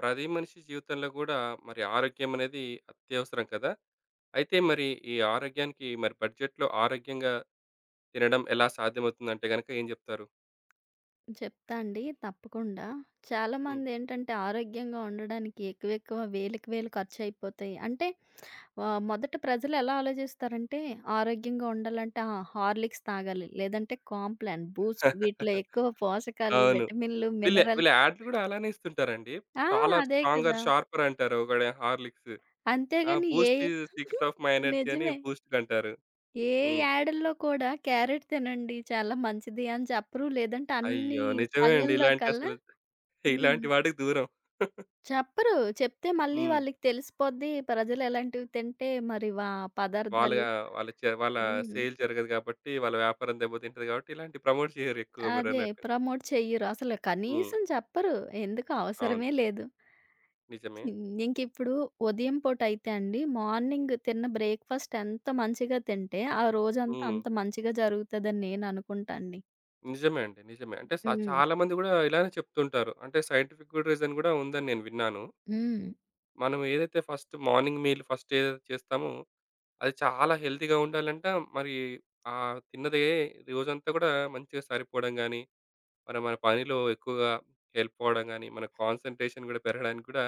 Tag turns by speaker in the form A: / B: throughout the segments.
A: ప్రతి మనిషి జీవితంలో కూడా మరి ఆరోగ్యం అనేది అత్యవసరం కదా! అయితే మరి ఈ ఆరోగ్యానికి మరి బడ్జెట్‌లో ఆరోగ్యంగా తినడం ఎలా సాధ్యమవుతుందంటే గనక ఏం జెప్తారు?
B: చెప్తా అండి. తప్పకుండా.
A: హ్మ్.
B: చాలామందేంటంటే ఆరోగ్యంగా ఉండడానికి ఎక్కువెక్కువ వేలకు వేలు ఖర్చయిపోతాయి. అంటే మొదట ప్రజలెలా ఆలోచిస్తారంటే ఆరోగ్యంగా ఉండాలంటే ఆ! హార్లిక్స్ తాగాలి, లేదంటే కాంప్లాన్, బూస్ట్ వీటిలో ఎక్కువ పోషకాలు,
A: అవును.
B: విటమిన్లు,
A: వీళ్ళ
B: మినరల్.
A: వీళ్ళ యాడ్‌లు గూడా అలానే ఇస్తుంటారండి.
B: ఆ!
A: టాలర్,
B: అదే కదా!
A: స్ట్రాంగర్, షార్పర్ అంటారు. ఒకడే హార్లిక్స్. ఆ!
B: అంతేగాని
A: boost is secret of my energy అని
B: నిజమే.
A: బూస్ట్‌కి అంటారు.
B: ఏ
A: హ్మ్.
B: యాడుల్లో కూడా క్యారెట్ తినండి చాలా మంచిది అని చెప్పరు. లేదంటే అన్ని
A: అయ్యో! నిజమే అండి.
B: పళ్ళల్లో కల్లా హ్మ్.
A: ఇలాంటి వాటికి దూరం.
B: చెప్పరు. చెప్తే మళ్ళీ
A: హ్మ్.
B: వాళ్ళకి తెలిసిపోద్ది. ప్రజలు ఎలాంటివి తింటే మరి
A: వాళ్ళ
B: పదార్థాలు.
A: వాళ్ళ చ వాళ్ళ
B: హ్మ్.
A: సేల్ జరగదు కాబట్టి, వాళ్ళ వ్యాపారం దెబ్బతింటది కాబట్టి, ఇలాంటి ప్రమోట్ చేయరు ఎక్కువ
B: అదే
A: మీరన్నట్టు.
B: ప్రమోట్ చెయ్యరు. అసలు
A: హ్మ్.
B: కనీసం చెప్పరు. ఎందుకు
A: అవును.
B: అవసరమే లేదు.
A: నిజమే.
B: హ్మ్. ఇంకిప్పుడు ఉదయం పూట అయితే అండి మార్నింగ్ తిన్న బ్రేక్‌ఫాస్ట్ ఎంత మంచిగా తింటే, ఆ రోజంతా
A: హ్మ్.
B: అంత మంచిగా జరుగుతదని నేను అనుకుంటా అండి.
A: నిజమే అండి. నిజమే. అంటే స
B: హ్మ్.
A: చాలామంది గూడా ఇలానే చెప్తుంటారు. అంటే సైంటిఫిక్ గూడా రీజన్ గూడా ఉందని నేను విన్నాను.
B: హ్మ్.
A: మనం ఏదైతే ఫస్ట్ మార్నింగ్ మీల్ ఫస్ట్ ఏదైతే చేస్తామో, అది చాలా హెల్తీగా ఉండాలంట. మరి ఆ తిన్నదే రోజంతా గూడా మంచిగా సరిపోవడం గానీ, మరి మన పనిలో ఎక్కువగా హెల్ప్ అవ్వడం గానీ, మన కాన్సంట్రేషన్ గూడా పెరగడానికి గూడా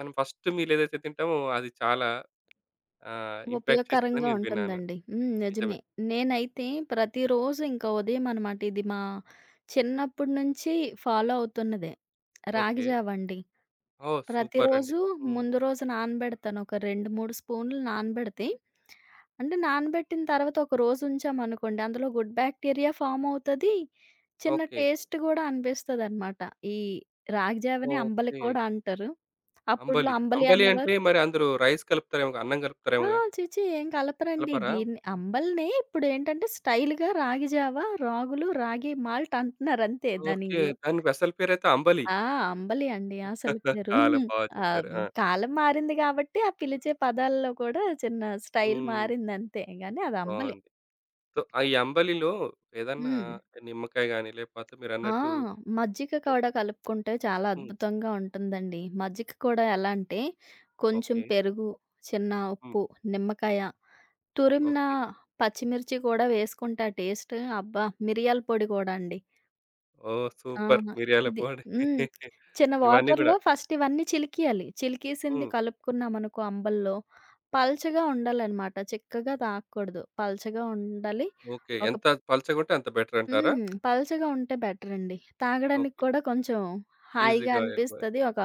A: మనం ఫస్ట్ మీల్ ఏదైతే తింటామో అది చాలా ఇంపాక్ట్ చేస్తుందని
B: ఉపయోగకరంగా
A: నేను విన్నాను.
B: ఉంటుందండి. హ్మ్.
A: నిజమే.
B: నిజమే. నేనైతే ప్రతిరోజు ఇంకా ఉదయం అనమాట ఇది మా చిన్నప్పటి నుంచి ఫాలో అవుతున్నదే. రాగి
A: ఓకే.
B: జావ అండి.
A: ఓహ్! సూపర్ అండి.
B: ప్రతిరోజు
A: హ్మ్.
B: ముందు రోజు నానబెడతాను. ఒక 2, 3 స్పూన్లు నానబెడితే అంటే నానబెట్టిన తర్వాత ఒక రోజు ఉంచామనుకోండి అందులో గుడ్ బ్యాక్టీరియా ఫార్మ్ అవుతది. చిన్న
A: ఓకే.
B: టేస్ట్ గూడా అనిపిస్తదనమాట. ఈ రాగి జావని అంబలి
A: ఓకే.
B: కూడా అంటారు. అప్పట్లో
A: అంబలి.
B: అంబలి
A: అంబలి అంటే
B: అనేవారు.
A: మరి అందులో రైస్ కలుపుతారేమోగా, అన్నం
B: ఆ!
A: కలుపుతారేమోగా?
B: ఛీ! ఛీ! ఏం కలపరండి.
A: కలపరా?
B: దీన్ని
A: ఉమ్.
B: అంబలినే ఇప్పుడేంటంటే స్టైల్‌గా రాగి జావ, రాగులు, రాగి మాల్ట్ అంటున్నారంతే దాని
A: ఓకే. దానికి అసలు పేరైతే అంబలి.
B: ఆ! అంబలి అండి అసలు పేరు.
A: చాలా
B: హ్మ్.
A: బాగా చెప్పారు.
B: ఆహ్,
A: ఆ!
B: కాలం మారింది కాబట్టి ఆ పిలిచే పదాల్లో కూడా చిన్న స్టైల్
A: హ్మ్.
B: మారిందంతే గానీ అది అంబలి.
A: బావుంది. సో, ఆ ఈ అంబలిలో ఏదన్నా
B: హ్మ్.
A: నిమ్మకాయ గాని, లేకపోతే
B: ఆ!
A: మీరన్నట్టు
B: మజ్జిగ కూడా కలుపుకుంటే చాలా
A: హ్మ్.
B: అద్భుతంగా ఉంటుందండి. మజ్జిగ కూడా ఎలా అంటే, కొంచెం
A: ఓకే.
B: పెరుగు, చిన్న
A: హ్మ్.
B: ఉప్పు, నిమ్మకాయ, తురిమిన
A: ఓకే.
B: పచ్చిమిర్చి కూడా వేసుకుంటే ఆ టేస్ట్ అబ్బా! మిరియాల పొడి కూడా అండి.
A: ఓహ్!
B: ఆ!
A: సూపర్ మిరియాల
B: ఇది
A: పొడి.
B: హ్మ్. చిన్న
A: ఇవన్నీ
B: వాటర్‌లో
A: కూడా
B: ఫస్ట్ ఇవన్నీ చిలికియాలి. చిలికేసింది
A: హ్మ్.
B: కలుపుకున్నామనుకో అంబల్లో, పల్చగా ఉండాలనమాట. చిక్కగా తాగకూడదు. పల్చగా ఉండాలి.
A: ఓకే.
B: ఒక
A: ఎంత పలచగుంటే అంత బెటరంటారా?
B: హ్మ్. పల్చగా ఉంటే బెటరండి. తాగడానికి
A: ఓకే.
B: కూడా కొంచెం హాయిగా
A: ఈజీ‌గా ఎళ్ళిపోయే
B: అనిపిస్తది. ఒక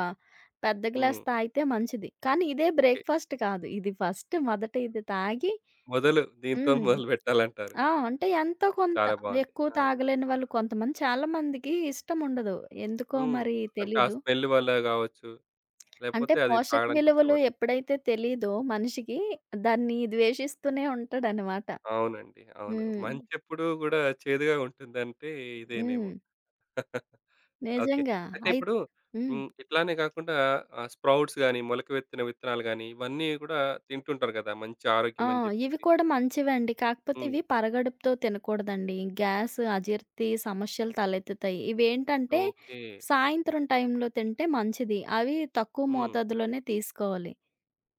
B: పెద్ద గ్లాస్
A: హ్మ్.
B: తాగితే మంచిది. కానీ ఇదే
A: ఓకే.
B: బ్రేక్‌ఫాస్ట్ కాదు. ఇది మొదట ఇది తాగి
A: మొదలు దీంతో
B: హ్మ్.
A: మొదలుపెట్టాలంటారు.
B: ఆ! అంటే ఎంతో కొంత.
A: చాలా బావుంది.
B: ఎక్కువ
A: ఆ!
B: తాగలేని వాళ్ళు కొంతమంది చాలా మందికి ఇష్టం ఉండదు. ఎందుకో
A: హ్మ్.
B: మరి
A: అంటే ఆ
B: తెలీదు.
A: స్మెల్ వల్ల గావచ్చు,
B: అంటే
A: లేపోతే అది
B: పోషక
A: తాగడానికి
B: విలువలు
A: ఇష్టపడరు.
B: ఎప్పుడైతే తెలీదో మనిషికి దాన్ని ద్వేషిస్తూనే ఉంటాడనమాట.
A: అవునండి. అవును.
B: హ్మ్.
A: మంచెప్పుడు గూడా చేదుగా ఉంటుందంటే ఇదేనేమో.
B: హ్మ్.
A: ఓకే.
B: నిజంగా.
A: అయితే
B: అయి
A: ఇప్పుడు
B: హ్మ్.
A: హ్మ్. ఇట్లానే గాకుండా స్ప్రౌట్స్ గాని, మొలకెత్తిన విత్తనాలు గాని, ఇవన్నీ గూడా తింటుంటారు గదా! మంచి
B: ఆ!
A: ఆరోగ్యం అని
B: ఇవి
A: జెప్పేసి.
B: కూడా మంచివండి. కాకపోతే
A: హ్మ్.
B: ఇవి పరగడుపుతో తినకూడదండి. గ్యాస్, అజీర్తి సమస్యలు తలెత్తుతాయి. ఇవేంటంటే
A: ఓకే.
B: సాయంత్రం టైంలో తింటే మంచిది. అవి తక్కువ
A: హ్మ్.
B: మోతాదులోనే తీసుకోవాలి.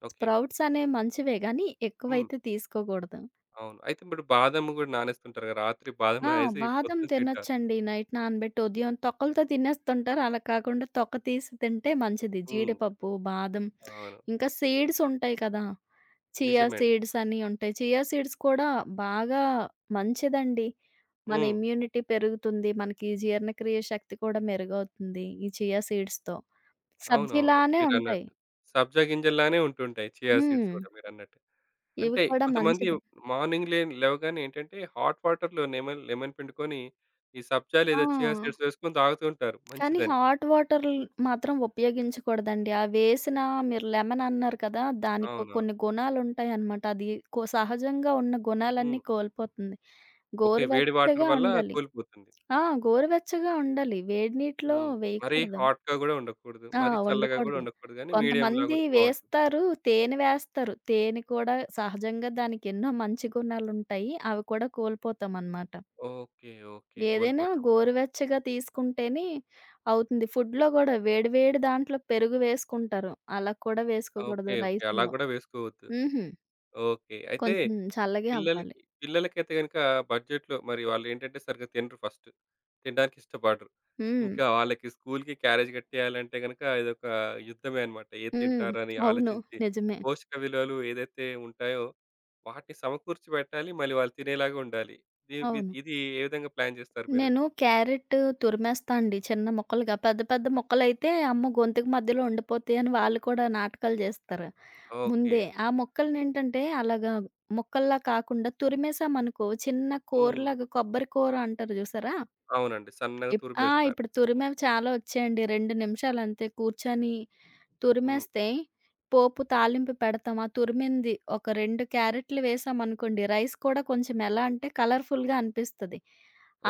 A: ఓకే.
B: స్ప్రౌట్స్ అనేవి మంచివే గానీ
A: హ్మ్.
B: ఎక్కువైతే తీసుకోకూడదు.
A: అవును. అయితే ఇప్పుడు బాదం గూడా నానేస్తుంటారు గదా! రాత్రి బాదం
B: ఆ!
A: నానేసి
B: బాదం
A: పొద్దున తింటారు.
B: తినొచ్చండి. నైట్ నానబెట్టి ఉదయం తొక్కలతో తినేస్తుంటారు. అలా కాకుండా తొక్క తీసి తింటే మంచిది.
A: హ్మ్.
B: జీడిపప్పు, బాదం
A: అవును.
B: ఇంకా సీడ్స్ ఉంటాయి కదా! చియా
A: నిజమే అండి.
B: సీడ్స్ అని ఉంటాయి. చియా సీడ్స్ కూడా బాగా మంచిదండి. మన
A: హ్మ్.
B: ఇమ్యూనిటీ పెరుగుతుంది. మనకి జీర్ణక్రియ శక్తి కూడా మెరుగవుతుంది. ఈ చియా సీడ్స్‌తో.
A: అవునవును.
B: సబ్జీలానే ఉంటాయి.
A: మీరన్నట్టు. సబ్జా గింజల్లానే ఉంటుంటాయి చియా
B: హ్మ్.
A: సీడ్స్ గూడా మీరన్నట్టు.
B: ఇవి
A: అంటే
B: కూడా
A: కొంతమంది
B: మంచిది.
A: మార్నింగ్ లేవగానే ఏంటంటే హాట్ వాటర్‌లో లెమన్ లెమన్ పిండుకొని ఈ సబ్జా
B: ఆ!
A: లేదా చియా సీడ్స్ వేసుకొని తాగుతూ ఉంటారు
B: కానీ
A: మంచిదని.
B: హాట్ వాటర్‌లు మాత్రం ఉపయోగించకూడదండి. అవేసినా మీరు లెమన్ అన్నారు కదా! దానికో
A: అవునవును.
B: కొన్ని గుణాలుంటాయన్నమాట. అది సహజంగా ఉన్న
A: హ్మ్.
B: గుణాలన్నీ కోల్పోతుంది.
A: ఓకే. వేడి వాటర్
B: గోరువెచ్చగా
A: వల్ల
B: ఉండాలి.
A: కూలిపోతుంది.
B: ఆ! గోరువెచ్చగా ఉండాలి. వేడి నీటిలో
A: హ్మ్. మరీ
B: వేయకూడదు.
A: హాట్‌గా గూడా ఉండకూడదు.
B: ఆ!
A: మరీ చల్లగా గూడా
B: వండకూడదు.
A: ఉండకూడదు గానీ మీడియం
B: కొంతమంది
A: లాగుంటే బావుంటుంది.
B: వేస్తారు, తేనె వేస్తారు. తేనె కూడా సహజంగా దానికి ఎన్నో మంచి గుణాలుంటాయి. అవి కూడా కోల్పోతామనమాట.
A: ఓకే. ఓకే.
B: ఏదైనా
A: కోల్పోతాం.
B: గోరువెచ్చగా తీసుకుంటేనే అవుతుంది. ఫుడ్‌లో గూడా వేడి వేడి దాంట్లో పెరుగు వేసుకుంటారు. అలా కూడా
A: ఓకే.
B: వేసుకోకూడదు
A: ఓకే. అలా
B: రైస్‌లో.
A: గూడా వేసుకోవద్దు.
B: హుహు.
A: ఓకే. అయితే
B: కొంచెం చల్లగే అవ్వాలి.
A: పిల్లలకైతే గనుక బడ్జెట్‌లో మరి వాళ్ళేంటంటే సరిగ్గా తినరు ఫస్ట్. తినడానికి ఇష్టపడరు.
B: హ్మ్.
A: ఇంకా వాళ్ళకి స్కూలుకి క్యారేజ్ కట్టేయాలంటే గనుక ఇదొక యుద్ధమే అన్నమాట. ఏది
B: హ్మ్.
A: తింటారని
B: అవును.
A: ఆలోచించి
B: నిజమే.
A: పోషక విలువలు ఏదైతే ఉంటాయో వాటిని సమకూర్చి పెట్టాలి. మళ్ళీ వాళ్ళు తినేలాగా ఉండాలి.
B: అవును.
A: ఇది ఏ విధంగా ప్లాన్ చేస్తారు మీరు?
B: నేను క్యారెట్టు తురిమేస్తా అండి చిన్న ముక్కలుగా. పెద్ద పెద్ద ముక్కలైతే అమ్మో! గొంతుకు మధ్యలో ఉండిపోతాయని వాళ్ళు కూడా నాటకాలు జేస్తారు
A: ఓకే.
B: ముందే. ఆ ముక్కలనేంటంటే అలాగా ముక్కల్లా కాకుండా తురిమేసామనుకో చిన్న
A: హ్మ్.
B: కూరలాగా కొబ్బరి కూర అంటారు జూసారా?
A: అవునండి. సన్నగా
B: ఆ!
A: తురిమేస్తారు.
B: ఇప్పుడు
A: హ్మ్.
B: తురిమేవి చాలా వచ్చాయండి. 2 నిమిషాలంతే కూర్చొని
A: హ్మ్.
B: తురిమేస్తే పోపు తాలింపు పెడతాం. ఆ తురిమింది ఒక 2 క్యారెట్లు వేసామనుకోండి రైస్ కూడా కొంచెం ఎలా అంటే కలర్‌ఫుల్‌గా అనిపిస్తది.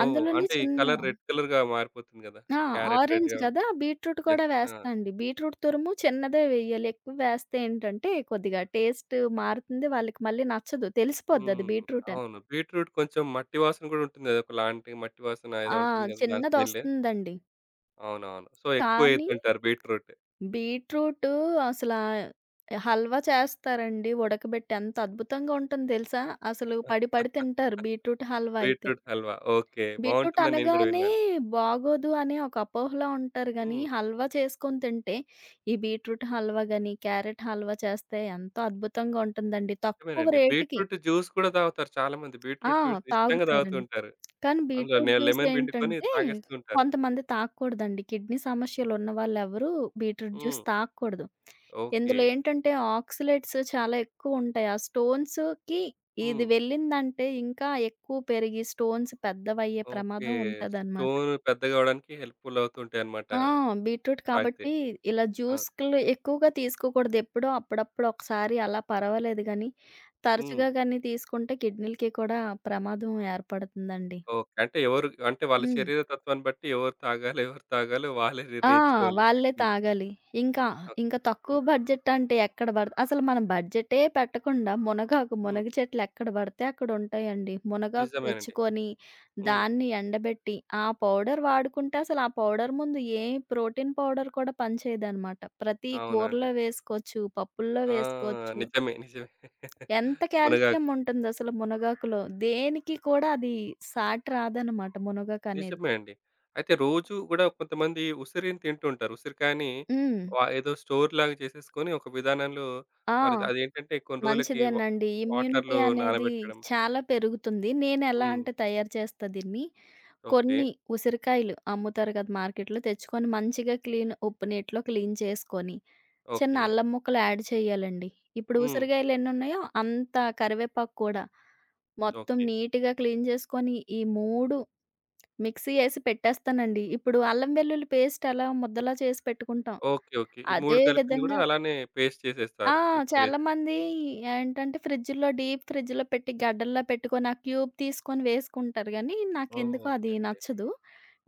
A: ఓహ్!
B: అందులోనే
A: అంటే ఈ
B: చిన్న
A: కలర్ రెడ్ కలర్‌గా మారిపోతుంది గదా!
B: ఆ!
A: ఈ క్యారెట్
B: ఆరెంజ్
A: రెడ్‌గా
B: గదా!
A: ఉంటుంది.
B: బీట్రూట్ కూడా
A: యెస్. ఆ!
B: వేస్తా అండి. బీట్రూట్ తురుము చిన్నదే వెయ్యాలి. ఎక్కువ వేస్తే ఏంటంటే కొద్దిగా టేస్ట్ మారుతుంది. వాళ్ళకి మళ్ళీ నచ్చదు. తెలిసిపోద్ది అది
A: హ్మ్.
B: బీట్రూట్ అని.
A: అవును. బీట్రూట్ కొంచెం మట్టి వాసన గూడా ఉంటుంది గదా! ఒకలాంటి మట్టి వాసన
B: ఆ!
A: ఏదో ఉంటుంది గదా! దాని స్మెల్.
B: చిన్నదొస్తుందండి.
A: అవునవును. సో, ఎక్కువ
B: కానీ
A: ఎయ్యొద్దంటారు బీట్రూట్.
B: బీట్రూటు అసలా హల్వా చేస్తారండి ఉడకబెట్టి. ఎంత అద్భుతంగా ఉంటుంది తెలుసా? అసలు పడి పడి తింటారు బీట్రూట్ హల్వా అయితే.
A: బీట్రూట్ హల్వా. ఓకే.
B: బీట్రూట్
A: బావుంటుందని నేను గూడా
B: అనగానే
A: విన్నాను.
B: బాగోదు అనే ఒక అపోహలో ఉంటారు గానీ,
A: హ్మ్.
B: హల్వా చేసుకొని తింటే, ఈ బీట్రూట్ హల్వా గాని, క్యారట్ హల్వా చేస్తే ఎంతో అద్భుతంగా ఉంటుందండి. తక్కువ
A: నిజమేనండి.
B: రేట్‌కి.
A: బీట్రూట్ జ్యూస్ కూడా తాగుతారు చాలా మంది.
B: ఆ!
A: బీట్రూట్ జ్యూస్ ఇష్టంగా తాగుతూ
B: తాగుతారండి.
A: ఉంటారు.
B: కానీ
A: అందులో
B: బీట్రూట్
A: లె
B: జ్యూస్
A: లెమన్ పిండుకొని
B: ఏంటంటే,
A: తాగేస్తూ ఉంటారు.
B: కొంతమంది తాగకూడదండి. కిడ్నీ సమస్యలు ఉన్నవాళ్ళెవరూ బీట్రూట్ జ్యూస్
A: హ్మ్.
B: తాగకూడదు.
A: ఓకే.
B: ఇందులో ఏంటంటే, ఆక్సలేట్స్ చాలా ఎక్కువుంటాయి. ఆ స్టోన్స్‌కి ఇది
A: హ్మ్.
B: వెళ్ళిందంటే, ఇంకా ఎక్కువ పెరిగి స్టోన్స్ పెద్దవయ్యే
A: ఓకే.
B: ప్రమాదం ఉంటదనమాట.
A: స్టోన్ పెద్దగా అవ్వడానికి హెల్ప్‌ఫుల్ అవుతూ ఉంటాయన్నమాట.
B: ఆ! బీట్రూట్
A: తాగితే.
B: కాబట్టి ఇలా
A: ఆ!
B: జ్యూస్‌లు ఎక్కువగా తీసుకోకూడదు. ఎప్పుడో అప్పుడప్పుడు ఒకసారి అలా పర్వాలేదు గానీ,
A: హ్మ్.
B: తరచుగా గానీ తీసుకుంటే కిడ్నీలకి కూడా ప్రమాదం ఏర్పడుతుందండి.
A: ఓకే. అంటే ఎవరు అంటే వాళ్ళ
B: హ్మ్.
A: శరీర తత్వాన్ని బట్టి ఎవరు తాగాలో, ఎవరు తాగాలో వాళ్ళే
B: ఆ!
A: నిర్ణయించుకోవాలి
B: వాళ్ళే
A: యాక్చువల్‌గా.
B: తాగాలి. ఇంకా,
A: ఓకే.
B: ఇంకా తక్కువ
A: హ్మ్.
B: బడ్జెట్ అంటే ఎక్కడ పడత అసలు మనం బడ్జెటే పెట్టకుండా మునగాకు,
A: హ్మ్.
B: మునగ చెట్లు ఎక్కడ పడితే అక్కడ ఉంటాయండి. మునగాకు
A: నిజమేనండి.
B: తెచ్చుకొని,
A: హ్మ్.
B: దాన్ని ఎండబెట్టి, ఆ పౌడర్ వాడుకుంటే అసలు ఆ పౌడర్ ముందు ఏ ప్రోటీన్ పౌడర్ కూడా పనిచేయదనమాట. ప్రతి
A: అవునండి.
B: కూరలో వేసుకోవచ్చు, పప్పుల్లో
A: ఆ!
B: వేసుకోవచ్చు.
A: నిజమే. నిజమే.
B: ఎంత
A: మునగాకు
B: కాల్షియం ఉంటుంది అసలు మునగాకులో. దేనికి కూడా అది సాటి రాదనమాట మునగాకనేది.
A: నిజమే అండి. అయితే రోజు గూడా కొంతమంది ఉసిరిని తింటుంటారు. ఉసిరికాయని
B: హ్మ్.
A: ఏదో స్టోర్‌లాగా చేసేసుకొని ఒక విధానంలో
B: ఆ!
A: మరి అదేంటంటే కొన్ని రోజులకి
B: మంచిదేనండి. ఇమ్యూనిటీ
A: వాటర్‌లో
B: అనేది
A: నానబెట్టడం.
B: చాలా పెరుగుతుంది. నేనెలా
A: హ్మ్.
B: అంటే తయారు చేస్తా దీన్ని.
A: ఓకే.
B: కొన్ని ఉసిరికాయలు అమ్ముతారు కదా మార్కెట్‌లో. తెచ్చుకొని మంచిగా క్లీన్ ఉప్పు నీటిలో క్లీన్ చేసుకొని, చిన్న
A: ఓకే.
B: అల్లం ముక్కలు యాడ్ చేయాలండి. ఇప్పుడు
A: హ్మ్.
B: ఉసిరికాయలు ఎన్నున్నాయో అంత కరివేపాకు కూడా. మొత్తం
A: ఓకే.
B: నీట్‌గా క్లీన్ చేసుకొని, ఈ 3 మిక్సీ ఏసి పెట్టేస్తానండి. ఇప్పుడు అల్లం వెల్లుల్లి పేస్ట్ ఎలా ముద్దలా చేసి పెట్టుకుంటాం.
A: ఓకే. ఓకే. ఈ 3
B: అదే
A: కలిపింది గూడా
B: విధంగా
A: అలానే పేస్ట్
B: ఆ!
A: చేసేస్తారు. మిక్సీ‌లేసి.
B: చాలామంది ఏంటంటే ఫ్రిడ్జ్‌లో డీప్ ఫ్రిడ్జ్‌లో పెట్టి గడ్డల్లో పెట్టుకొని ఆ క్యూబ్ తీసుకొని వేసుకుంటారు గానీ,
A: ఓహ్!
B: నాకెందుకో
A: ఓకే.
B: అది
A: ఓకే.
B: నచ్చదు.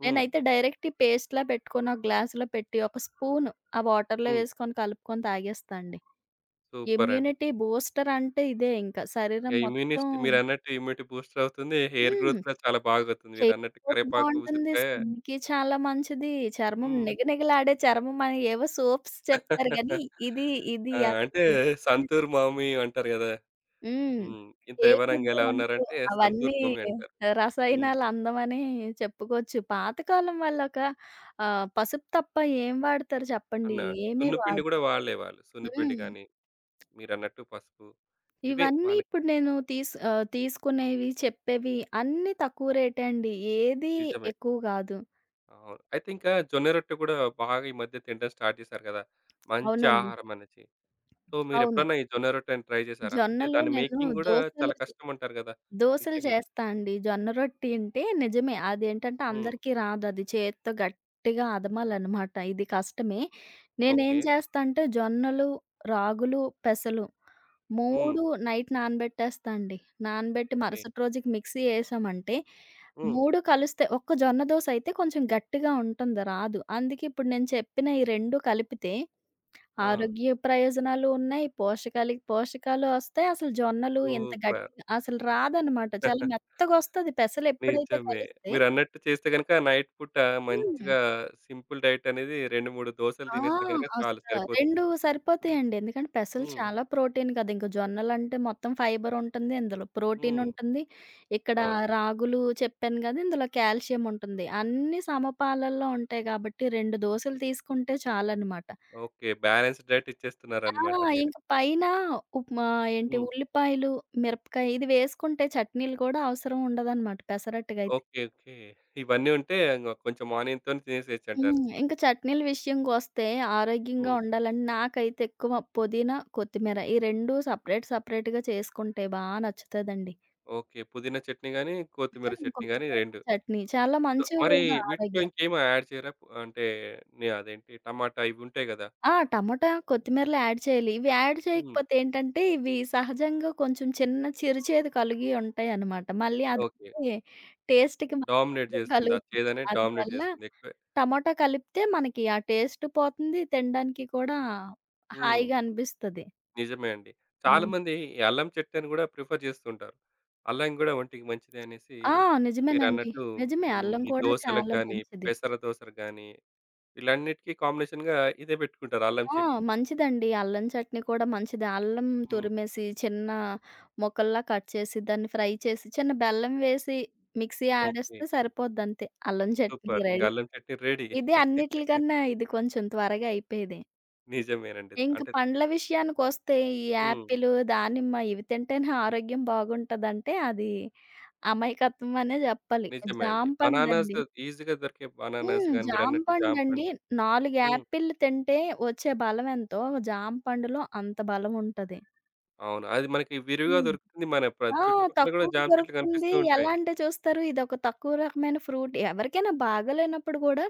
A: హ్మ్.
B: నేనైతే డైరెక్ట్ ఈ పేస్ట్‌లా పెట్టుకొని ఒక గ్లాస్‌లో పెట్టి ఒక స్పూను ఆ వాటర్‌లో
A: హ్మ్.
B: వేసుకొని కలుపుకొని తాగేస్తా అండి.
A: సూపరండి.
B: ఇమ్యూనిటీ బూస్టర్ అంటే ఇదే ఇంకా.
A: ఇంగ
B: శరీరం మొత్తం
A: ఇమ్యూనిస్ట్ మీరన్నట్టు ఇమ్యూనిటీ బూస్టర్ అవుతుంది. Hair
B: hmm.
A: గ్రోత్ కూడా చాలా బాగవుతుంది.
B: హెయిర్
A: మీరన్నట్టు
B: గ్రోత్
A: కరివేపాకు,
B: బావుంటుంది.
A: ఉసిరికాయ
B: స్కిన్‌కి చాలా మంచిది. చర్మం
A: హ్మ్.
B: నిగనిగలాడే చర్మం అని ఏవో సోప్స్ చెప్తారు గానీ, ఇది ఇది
A: ఆ!
B: అసలు
A: అంటే
B: నిజంగానే
A: సంతూర్ మామి అంటారు గదా!
B: హ్మ్.
A: హ్మ్. ఇంత
B: ఏ
A: యవ్వనంగా
B: ఫుడ్డు
A: ఎలా
B: ఉండదు.
A: ఉన్నారంటే
B: అవన్నీ
A: సంతూర్ మామి అంటారు. హ్మ్.
B: రసాయనాల అందమని చెప్పుకోవచ్చు. పాతకాలం వాళ్ళొక పసుపు తప్ప ఏం వాడతారు చెప్పండి?
A: అన్నా
B: ఏమీ
A: సున్నుపిండి గూడా
B: వాడరు.
A: వాళ్ళే. సున్నుపిండి
B: హ్మ్.
A: గాని మీరన్నట్టు పసుపు ఇవే
B: ఇవన్నీ
A: వాళ్ళకి
B: ఇప్పుడు నేను తీసుకునేవి, చెప్పేవి అన్నీ తక్కువ రేటే అండి. ఏది
A: నిజమే.
B: ఎక్కువ కాదు.
A: అవును. అయితే ఇంకా జొన్న రొట్టె గూడా బాగా ఈ మధ్య తినడం స్టార్ట్ చేశారు కదా! మంచి
B: అవునండి.
A: ఆహారం అనేసి. సో,
B: అవును.
A: మీరెప్పుడన్నా ఈ జొన్న రొట్టెని ట్రై చేశారా? అంటే
B: జొన్నలు
A: దాని
B: నేను
A: మేకింగ్ గూడా
B: దోసలు
A: చాలా
B: చే
A: కష్టం అంటారు గదా!
B: దోసలు
A: మీకేం
B: చేస్తా అండి. జొన్న రొట్టి అంటే నిజమే. అదేంటంటే
A: హ్మ్.
B: అందరికీ రాదు. అది చేత్తో గట్టిగా అదమాలనమాట. ఇది కష్టమే.
A: ఓకే.
B: నేనేం చేస్తా అంటే జొన్నలు, రాగులు, పెసలు
A: హ్మ్.
B: 3 నైట్ నానబెట్టేస్తా అండి. నానబెట్టి
A: ఓకే.
B: మరుసటి రోజుకి మిక్సీ ఏసామంటే
A: హ్మ్.
B: 3 కలిస్తే ఒక్క జొన్న దోస అయితే కొంచెం గట్టిగా ఉంటుంది రాదు. అందుకే ఇప్పుడు నేను చెప్పిన ఈ 2 కలిపితే
A: ఆ!
B: ఆరోగ్య ప్రయోజనాలు ఉన్నాయి. పోషకాలు ఒస్తాయి. అసలు జొన్నలు హ్మ్. ఇంత
A: సూపర్.
B: గట్టిగా అసలు రాదనమాట. చాలా మెత్తగొస్తది పెసలెప్పుడైతే
A: నిజమే.
B: కలిస్తే
A: మీరన్నట్టు చేస్తే గనుక నైట్ పూట
B: హ్మ్.
A: మంచిగా సింపుల్ డైట్ అనేది 2, 3 దోసలు
B: ఆ!
A: తినేస్తే గనుక చాలు సరిపోతుంది.
B: 2 సరిపోతాయండి. ఎందుకంటే పెసలు
A: హ్మ్.
B: చాలా ప్రోటీన్ కదా! ఇంక జొన్నలంటే మొత్తం ఫైబరుంటుంది. ఇందులో
A: హ్మ్.
B: ప్రోటీనుంటుంది. ఇక్కడ
A: అవును.
B: రాగులు చెప్పాను గదా! ఇందులో కాల్షియం ఉంటుంది. అన్నీ సమపాలల్లో ఉంటాయి గాబట్టి 2 దోసలు తీసుకుంటే చాలనమాట.
A: ఓకే. బ్యాలెన్స్‌డ్ డైట్
B: ఆ!
A: ఇచ్చేస్తున్నారన్నమాట మీరు.
B: ఇంక పైన ఉప్మా ఏంటి
A: హ్మ్.
B: ఉల్లిపాయలు, మిరపకాయ ఇది వేసుకుంటే చట్నీలు కూడా అవసరం ఉండదనమాట పెసరట్టుకైతే.
A: ఓకే. ఓకే. ఇవన్నీ ఉంటే ఇంగ కొంచెం ఆనియన్‌తోని తినేసేయొచ్చంటారు.
B: హ్మ్. ఇంక చట్నీల విషయంకొస్తే ఆరోగ్యంగా
A: హ్మ్.
B: ఉండాలని నాకైతే ఎక్కువ పుదీనా, కొత్తిమీర ఈ 2 సపరేట్ సపరేట్‌గా చేసుకుంటే బా నచ్చుతదండి.
A: ఓకే. పుదీనా చట్నీ గాని, కొత్తిమీర
B: హ్మ్.
A: చట్నీ గాని
B: కొత్తిమీర
A: 2.
B: చట్నీ చాలా
A: సో,
B: మంచివి
A: మరి
B: కూడా
A: వీటిలో
B: ఆరోగ్యానికి.
A: ఇంకేమి యాడ్ చేయరా? అంటే అదేంటి టమాటా ఇవి ఉంటాయి గదా!
B: ఆ! టమాటా, కొత్తిమీరలు యాడ్ చేయాలి. ఇవి యాడ్
A: హ్మ్.
B: చేయకపోతే ఏంటంటే, ఇవి సహజంగా కొంచెం చిన్న చిరు చేదు కలిగి ఉంటాయనమాట. మళ్ళీ అది
A: ఓకే.
B: టేస్ట్‌కి మనకి
A: డామినేట్
B: భంగం
A: జేస్తుంది. ఆ
B: కలుగుతుంది.
A: చేదనేది డామినేట్
B: అందువల్ల
A: జేస్తుంది ఎక్కువే.
B: టమాటా కలిపితే మనకి ఆ టేస్ట్ పోతుంది. తినడానికి కూడా
A: హ్మ్.
B: హాయిగా అనిపిస్తది.
A: నిజమే అండి.
B: హ్మ్.
A: చాలామంది ఈ అల్లం చట్నీ గూడా ప్రిఫర్ జేస్తుంటారు. అల్లం గూడా ఒంటికి మంచిదే అనేసి
B: ఆ! నిజమేనండి.
A: మీరన్నట్టు
B: నిజమే.
A: హ్మ్.
B: అల్లం
A: ఈ
B: కూడా
A: దోసలకు
B: చాలా
A: గాని,
B: మంచిది.
A: పెసర దోసలకు గాని వీళ్ళన్నిటికి కాంబినేషన్‌గా ఇదే బెట్టుకుంటారు అల్లం
B: ఆ!
A: చట్నీ.
B: మంచిదండి. అల్లం చట్నీ కూడా మంచిదే. అల్లం
A: హ్మ్.
B: తురిమేసి చిన్న ముక్కల్లా కట్ చేసి, దాన్ని ఫ్రై చేసి, చిన్న బెల్లం వేసి మిక్సీ
A: ఓకే.
B: ఆడేస్తే సరిపోద్దంతే. అల్లం చట్నీ
A: సూపర్. ఇంక
B: రెడీ.
A: అల్లం చట్నీ రెడీ.
B: ఇది అన్నిట్లికన్నా ఇది కొంచెం త్వరగా అయిపోయేదే.
A: నిజమేనండి.
B: ఇంక
A: అంటే
B: పండ్ల విషయానికొస్తే ఈ
A: హ్మ్.
B: యాపిలు, దానిమ్మ ఇవి తింటేనే ఆరోగ్యం బాగుంటదంటే అది అమాయకత్వం అనే జెప్పాలి.
A: నిజమే అండి. బనానాస్
B: జాంపండండి.
A: ఈజీగా దొరికే బనానాస్
B: హ్మ్.
A: గాని మీరన్నట్టు జామ
B: జాంపండండి
A: పండు.
B: 4
A: హ్మ్.
B: యాపిల్లు తింటే వచ్చే బలం ఎంతో, జాంపండులో అంత బలం ఉంటది.
A: అవును. అది మనకి విరివిగా
B: హ్మ్.
A: దొరుకుతుంది. మన ప్ర
B: ఆ!
A: చుట్టుపక్కల గూడా
B: తక్కువకి
A: జామ చెట్లు
B: దొరుకుతుంది.
A: కనిపిస్తూ
B: ఎలా
A: ఉంటాయి.
B: అంటే చూస్తారు, ఇదొక తక్కువ రకమైన ఫ్రూట్. ఎవరికైనా బాగోలేనప్పుడు గూడా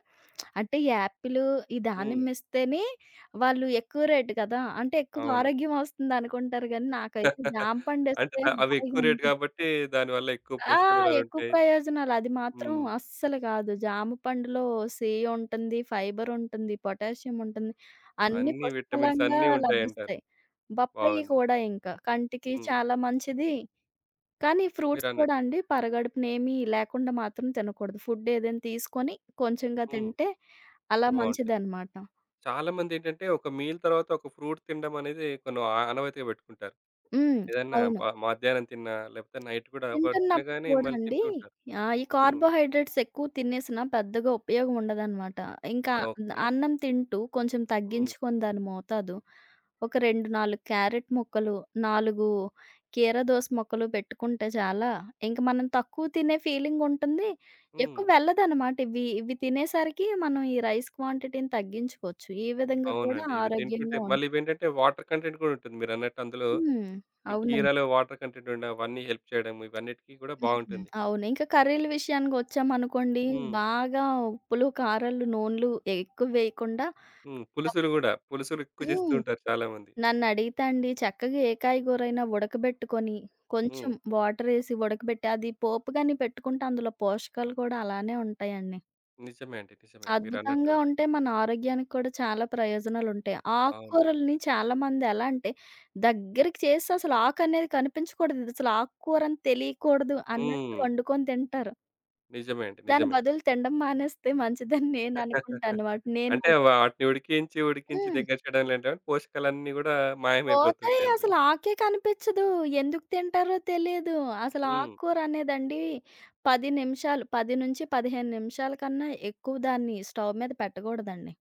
B: అంటే ఈ యాపిలు, ఈ
A: హ్మ్.
B: దానిమ్మ ఇస్తేనే వాళ్ళు ఎక్కువ రేటు కదా! అంటే ఎక్కువ
A: అవును.
B: ఆరోగ్యం ఒస్తుందనుకుంటారు గానీ, నాకైతే
A: అంటే
B: జాంపండిస్తే
A: అవి ఎక్కువ రేట్
B: హాయిగుంటది.
A: గాబట్టి దానివల్ల ఎక్కువ
B: ఆ!
A: పోషక
B: అసలు ఎక్కువ
A: విలువలుంటాయి.
B: ప్రయోజనాలు. అది మాత్రం
A: హ్మ్.
B: అస్సలు కాదు. జామ పండులో సి ఉంటుంది, ఫైబర్ ఉంటుంది, పొటాషియం ఉంటుంది. అన్నీ
A: అన్ని విటమిన్స్
B: పుష్కలంగా
A: అన్నీ ఉంటాయంటారు.
B: లభిస్తాయి. బొప్పాయి
A: బావుంది.
B: కూడా ఇంకా కంటికి
A: హ్మ్.
B: చాలా మంచిది. కానీ ఫ్రూట్స్ కూడా
A: మీరన్నట్టు.
B: అండి పరగడుపునేమి లేకుండా మాత్రం తినకూడదు. ఫుడ్ ఏదైనా తీసుకొని కొంచెంగా
A: హ్మ్.
B: తింటే అలా
A: బావుంటది.
B: మంచిదనమాట.
A: చాలా మందేంటంటే ఒక మీల్ తర్వాత ఒక ఫ్రూట్ తినడం అనేది కొన్ని ఆ ఆనవాయితీగా పెట్టుకుంటారు.
B: హ్మ్.
A: ఏదన్నా
B: అవును.
A: మధ్యాహ్నం తిన్నా, లేకపోతే నైట్ కూడా ఒకటి
B: తింటున్నప్పుడు
A: తినగానే
B: గూడా
A: మళ్ళీ
B: అండి
A: తింటూ ఉంటారు.
B: ఈ
A: హ్మ్.
B: కార్బోహైడ్రేట్స్ ఎక్కువ తినేసినా పెద్దగా ఉపయోగం ఉండదనమాట. ఇంకా
A: ఓకే.
B: అన్నం తింటూ కొంచెం
A: హ్మ్.
B: తగ్గించుకొని దాని మోతాదు ఒక 2, 4 క్యారెట్ ముక్కలు, 4 కీరదోస ముక్కలు పెట్టుకుంటే చాలా ఇంక మనం తక్కువ తినే ఫీలింగ్ ఉంటుంది.
A: హ్మ్.
B: ఎక్కువ వెళ్ళదనమాట. ఇవి ఇవి తినేసరికి మనం ఈ రైస్ క్వాంటిటీని తగ్గించుకోవచ్చు. ఈ విధంగా కూడా
A: అవునండి. ఇవి తింటుంటే
B: ఆరోగ్యంగా
A: మళ్ళీ ఇవేంటంటే వాటర్ కంటెంట్ కూడా ఉంటుంది. మీరన్నట్టు అందులో
B: హ్మ్.
A: ఈ
B: అవునండి.
A: కీరాలో వాటర్ కంటెంట్ ఉండడం, అవన్నీ హెల్ప్ చేయడం, ఇవన్నిటికి కూడా
B: హ్మ్.
A: బావుంటుంది.
B: అవును. ఇంకా కర్రీల విషయానికొచ్చామనుకోండి,
A: హ్మ్.
B: బాగా ఉప్పులు, కారాలు, నూనెలు ఎక్కువ వేయకుండా
A: హ్మ్. పులుసులు
B: తక్కువ.
A: గూడా. పులుసులు ఎక్కువ చేస్తూ
B: హ్మ్.
A: ఉంటారు చాలామంది.
B: నన్నడిగితే అండి చక్కగా ఏ కాయగూరైనా ఉడకబెట్టుకొని,
A: హ్మ్.
B: కొంచెం వాటరేసి ఉడకబెట్టి, అది పోపు గాని పెట్టుకుంటే అందులో పోషకాలు కూడా అలానే ఉంటాయండి.
A: నిజమే అండి. నిజమే. మీరన్నట్టు.
B: అద్భుతంగా ఉంటే మన ఆరోగ్యానికి కూడా చాలా ప్రయోజనాలుంటాయి.
A: అవునండి.
B: ఆకుకూరలని చాలామంది ఎలా అంటే, దగ్గరికి చేసి అసలు ఆకనేది కనిపించకూడదు. అసలు ఆకుకూరని తెలియకూడదు అన్నట్లు
A: హ్మ్.
B: వండుకొని తింటారు.
A: నిజమే అండి.
B: దాని
A: నిజమే.
B: బదులు తినడం మానేస్తే మంచిదని నేననుకుంటానమాట. నేను
A: అంటే వాటిని ఉడికించి, ఉడికించి
B: హ్మ్.
A: దగ్గర చేయడంలో ఏంటంటే పోషకాలన్నీ గూడా
B: పోతాయి
A: మాయమైపోతుంటాయి అందులో.
B: అసలు ఆకే కనిపిచ్చదు. ఎందుకు తింటారో తెలీదు. అసలు
A: హ్మ్.
B: ఆకుకూర అనేదండి 10 నిమిషాలు 10-15 నిమిషాల కన్నా ఎక్కువ దాన్ని స్టవ్ మీద పెట్టగూడదండి.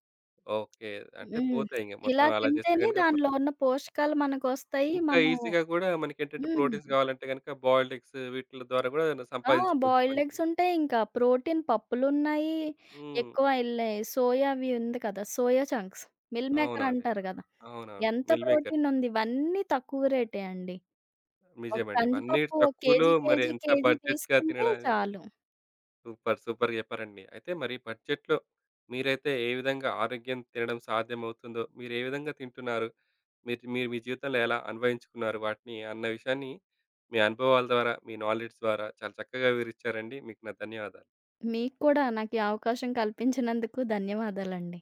A: ఓకే. అంటే
B: హ్మ్.
A: పోతాయి ఇంగ
B: ఇలా
A: మొత్తం అలా చేస్తే
B: తింటేనే
A: గనుక
B: దానిలో
A: పోతాయి.
B: ఉన్న పోషకాలు మనకొస్తాయి.
A: ఇంకా
B: మనం
A: ఈజీగా గూడా మనకేంటంటే
B: హ్మ్.
A: ప్రోటీన్స్ గావాలంటే గనుక బాయిల్డ్ ఎగ్స్ వీటిల ద్వారా గూడా
B: ఆ!
A: సంపాదించుకోవచ్చు
B: బాయిల్డ్
A: మంచిగా.
B: ఎగ్స్ ఉంటాయి. ఇంకా ప్రోటీన్ పప్పులున్నాయి.
A: హ్మ్.
B: ఎక్కువ ఇళ్ళే సోయా అవి ఉంది కదా! సోయా చంక్స్, మిల్ మేకర్
A: అవునండి.
B: అంటారు గదా!
A: అవునవును.
B: ఎంత
A: మీల్ మేకర్.
B: ప్రోటీనుంది. ఇవన్నీ తక్కువ రేటే అండి. ఒక
A: నిజమండి. ఇవన్నీ
B: కందిపప్పు ఒక
A: తక్కువలో
B: కేజీ,
A: మరి
B: కేజీ,
A: ఎంత
B: కేజీ
A: బడ్జెట్‌గా
B: తీసుకుంటే
A: తినడానికి
B: చాలు.
A: సూపర్! సూపర్‌గా చెప్పారండి. అయితే మరి బడ్జెట్‌లో మీరైతే ఏ విధంగా ఆరోగ్యం తినడం సాధ్యమవుతుందో, మీరే విధంగా తింటున్నారు? మీరు మీరు మీ జీవితంలో ఎలా అన్వయించుకున్నారు వాటిని అన్న విషయాన్ని మీ అనుభవాల ద్వారా, మీ నాలెడ్జ్ ద్వారా చాలా చక్కగా వివరిచ్చారండి. మీకు నా ధన్యవాదాలు.
B: మీకు కూడా నాకు ఈ అవకాశం కల్పించినందుకు ధన్యవాదాలండి.